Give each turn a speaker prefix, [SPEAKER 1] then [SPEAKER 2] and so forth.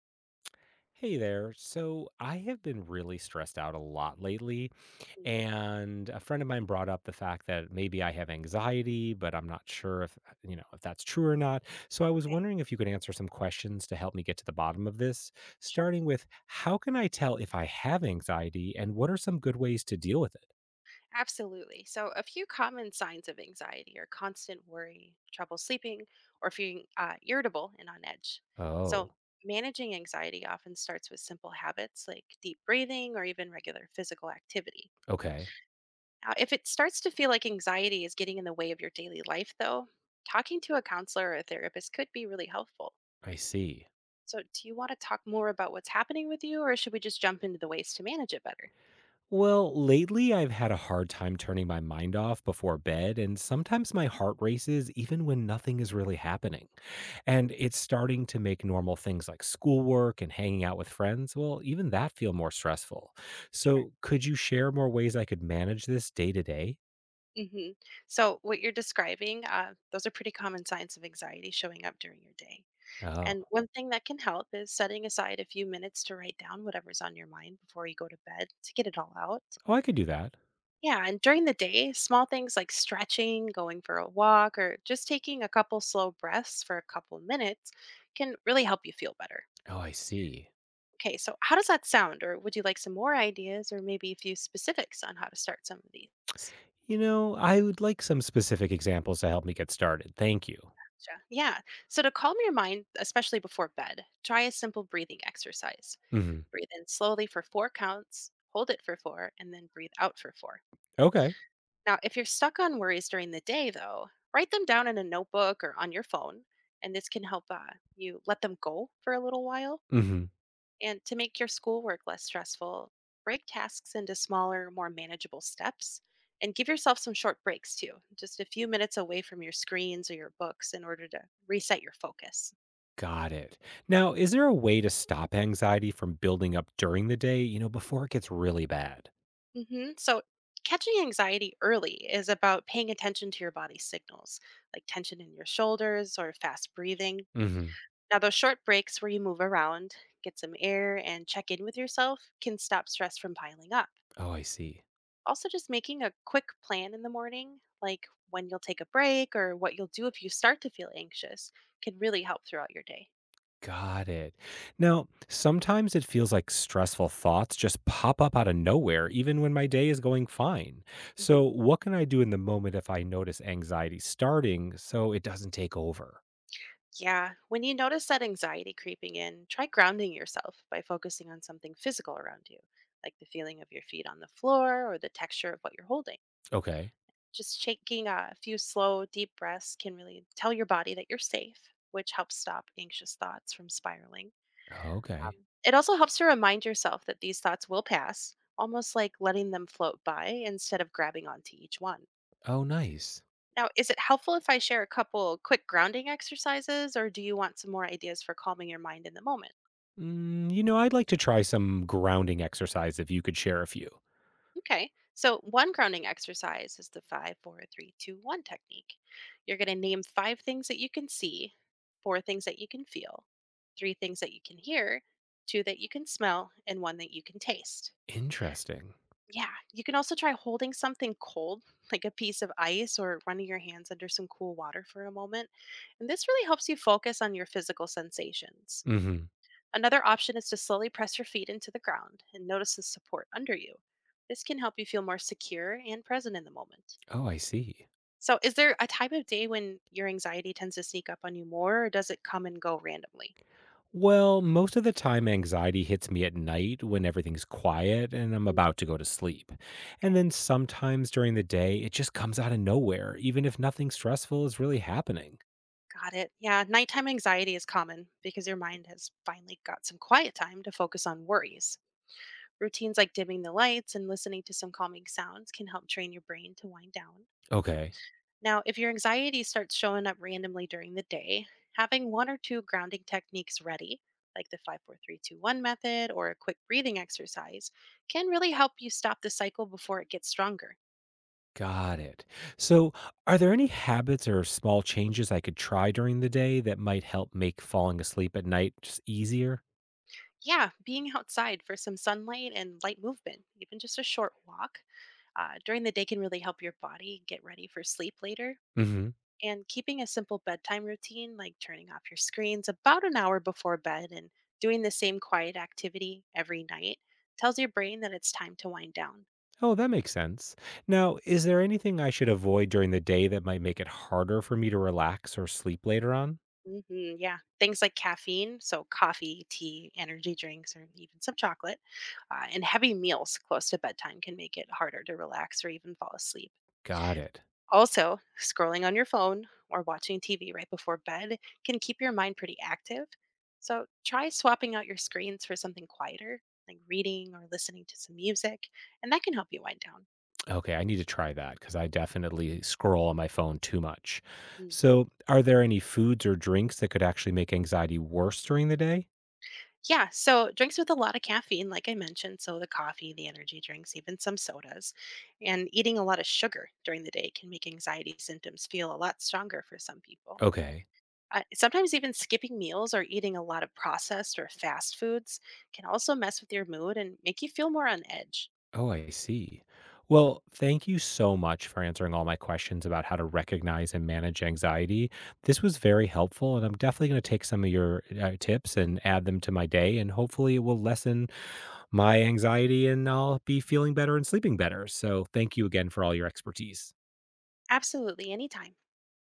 [SPEAKER 1] Hey there. So I have been really stressed out a lot lately.
[SPEAKER 2] Mm.
[SPEAKER 1] And a friend of mine brought up the fact that maybe I have anxiety, but I'm not sure if, you know, if that's true or not. So I was
[SPEAKER 2] Okay,
[SPEAKER 1] wondering if you could answer some questions to help me get to the bottom of this,
[SPEAKER 2] sure.
[SPEAKER 1] starting with how can I tell if I have anxiety and what are some good ways to deal with it?
[SPEAKER 2] Absolutely. So, a few common signs of anxiety are constant worry, trouble sleeping, or feeling irritable and on edge.
[SPEAKER 1] Oh,
[SPEAKER 2] So, managing anxiety often starts with simple habits like deep breathing or even regular physical activity.
[SPEAKER 1] okay.
[SPEAKER 2] Now, if it starts to feel like anxiety is getting in the way of your daily life, though, talking to a counselor or a therapist could be really helpful.
[SPEAKER 1] I see.
[SPEAKER 2] So, do you want to talk more about what's happening with you, or should we just jump into the ways to manage it better?
[SPEAKER 1] Well, lately I've had a hard time turning my mind off before bed, and sometimes my heart races even when nothing is really happening. And it's starting to make normal things like schoolwork and hanging out with friends, well, even that feel more stressful.
[SPEAKER 2] Sure.
[SPEAKER 1] So, could you share more ways I could manage this day to day?
[SPEAKER 2] hmm So, what you're describing, those are pretty common signs of anxiety showing up during your day.
[SPEAKER 1] Oh.
[SPEAKER 2] And one thing that can help is setting aside a few minutes to write down whatever's on your mind before you go to bed to get it all out.
[SPEAKER 1] Oh, I could do that.
[SPEAKER 2] Yeah, and during the day, small things like stretching, going for a walk, or just taking a couple slow breaths for a couple minutes can really help you feel better.
[SPEAKER 1] Oh, I see.
[SPEAKER 2] Okay, so how does that sound? Or would you like some more ideas or maybe a few specifics on how to start some of these?
[SPEAKER 1] You know, I would like some specific examples to help me get started. Thank you.
[SPEAKER 2] Gotcha. Yeah. So to calm your mind, especially before bed, try a simple breathing exercise.
[SPEAKER 1] Hmm.
[SPEAKER 2] Breathe in slowly for four counts, hold it for four, and then breathe out for four.
[SPEAKER 1] Okay.
[SPEAKER 2] Now, if you're stuck on worries during the day, though, write them down in a notebook or on your phone, and this can help you let them go for a little while.
[SPEAKER 1] Hmm.
[SPEAKER 2] And to make your schoolwork less stressful, break tasks into smaller, more manageable steps. And give yourself some short breaks too, just a few minutes away from your screens or your books in order to reset your focus.
[SPEAKER 1] Got it. Now, is there a way to stop anxiety from building up during the day, you know, before it gets really bad?
[SPEAKER 2] So, catching anxiety early is about paying attention to your body's signals, like tension in your shoulders or fast breathing.
[SPEAKER 1] Mhm.
[SPEAKER 2] Now, those short breaks where you move around, get some air, and check in with yourself can stop stress from piling up.
[SPEAKER 1] Oh, I see.
[SPEAKER 2] Also, just making a quick plan in the morning, like when you'll take a break or what you'll do if you start to feel anxious, can really help throughout your day.
[SPEAKER 1] Got it. Now, sometimes it feels like stressful thoughts just pop up out of nowhere even when my day is going fine. So,
[SPEAKER 2] Mhm.
[SPEAKER 1] what can I do in the moment if I notice anxiety starting so it doesn't take over?
[SPEAKER 2] Yeah, when you notice that anxiety creeping in, try grounding yourself by focusing on something physical around you, like the feeling of your feet on the floor or the texture of what you're holding.
[SPEAKER 1] Okay.
[SPEAKER 2] Just taking a few slow, deep breaths can really tell your body that you're safe, which helps stop anxious thoughts from spiraling. Um,
[SPEAKER 1] Okay.
[SPEAKER 2] it also helps to remind yourself that these thoughts will pass, almost like letting them float by instead of grabbing onto each one.
[SPEAKER 1] Oh, nice.
[SPEAKER 2] Now, is it helpful if I share a couple quick grounding exercises, or do you want some more ideas for calming your mind in the moment?
[SPEAKER 1] Mm, you know, I'd like to try some grounding exercise if you could share a few.
[SPEAKER 2] Okay. So, one grounding exercise is the five, four, three, two, one technique. You're going to name five things that you can see, four things that you can feel, three things that you can hear, two that you can smell, and one that you can taste.
[SPEAKER 1] Interesting.
[SPEAKER 2] Yeah. You can also try holding something cold, like a piece of ice, or running your hands under some cool water for a moment. And this really helps you focus on your physical sensations.
[SPEAKER 1] Mhm.
[SPEAKER 2] Another option is to slowly press your feet into the ground and notice the support under you. This can help you feel more secure and present in the moment.
[SPEAKER 1] Oh, I see.
[SPEAKER 2] So, is there a time of day when your anxiety tends to sneak up on you more, or does it come and go randomly?
[SPEAKER 1] Well, most of the time, anxiety hits me at night when everything's quiet and I'm
[SPEAKER 2] Mm.
[SPEAKER 1] about to go to sleep. And
[SPEAKER 2] Okay,
[SPEAKER 1] then sometimes during the day, it just comes out of nowhere, even if nothing stressful is really happening.
[SPEAKER 2] got it. Yeah, nighttime anxiety is common because your mind has finally got some quiet time to focus on worries. Routines like dimming the lights and listening to some calming sounds can help train your brain to wind down.
[SPEAKER 1] Okay,
[SPEAKER 2] Now, if your anxiety starts showing up randomly during the day, having one or two grounding techniques ready, like the 54321 method or a quick breathing exercise, can really help you stop the cycle before it gets stronger.
[SPEAKER 1] got it. So, are there any habits or small changes I could try during the day that might help make falling asleep at night just easier?
[SPEAKER 2] Yeah, being outside for some sunlight and light movement, even just a short walk during the day, can really help your body get ready for sleep later,
[SPEAKER 1] Hmm.
[SPEAKER 2] and keeping a simple bedtime routine like turning off your screens about an hour before bed and doing the same quiet activity every night tells your brain that it's time to wind down.
[SPEAKER 1] Oh, that makes sense. Now, is there anything I should avoid during the day that might make it harder for me to relax or sleep later on?
[SPEAKER 2] hmm yeah, things like caffeine, so coffee, tea, energy drinks, or even some chocolate, and heavy meals close to bedtime can make it harder to relax or even fall asleep.
[SPEAKER 1] Got it.
[SPEAKER 2] Also, scrolling on your phone or watching TV right before bed can keep your mind pretty active. So try swapping out your screens for something quieter, like reading or listening to some music, and that can help you wind down.
[SPEAKER 1] Okay, I need to try that because I definitely scroll on my phone too much.
[SPEAKER 2] Mm.
[SPEAKER 1] So, are there any foods or drinks that could actually make anxiety worse during the day?
[SPEAKER 2] Yeah, so drinks with a lot of caffeine, like I mentioned, so the coffee, the energy drinks, even some sodas, and eating a lot of sugar during the day can make anxiety symptoms feel a lot stronger for some people.
[SPEAKER 1] Okay.
[SPEAKER 2] Sometimes even skipping meals or eating a lot of processed or fast foods can also mess with your mood and make you feel more on edge.
[SPEAKER 1] Oh, I see. Well, thank you so much for answering all my questions about how to recognize and manage anxiety. This was very helpful, and I'm definitely going to take some of your tips and add them to my day, and hopefully, it will lessen my anxiety and I'll be feeling better and sleeping better. So, thank you again for all your expertise.
[SPEAKER 2] Absolutely, anytime.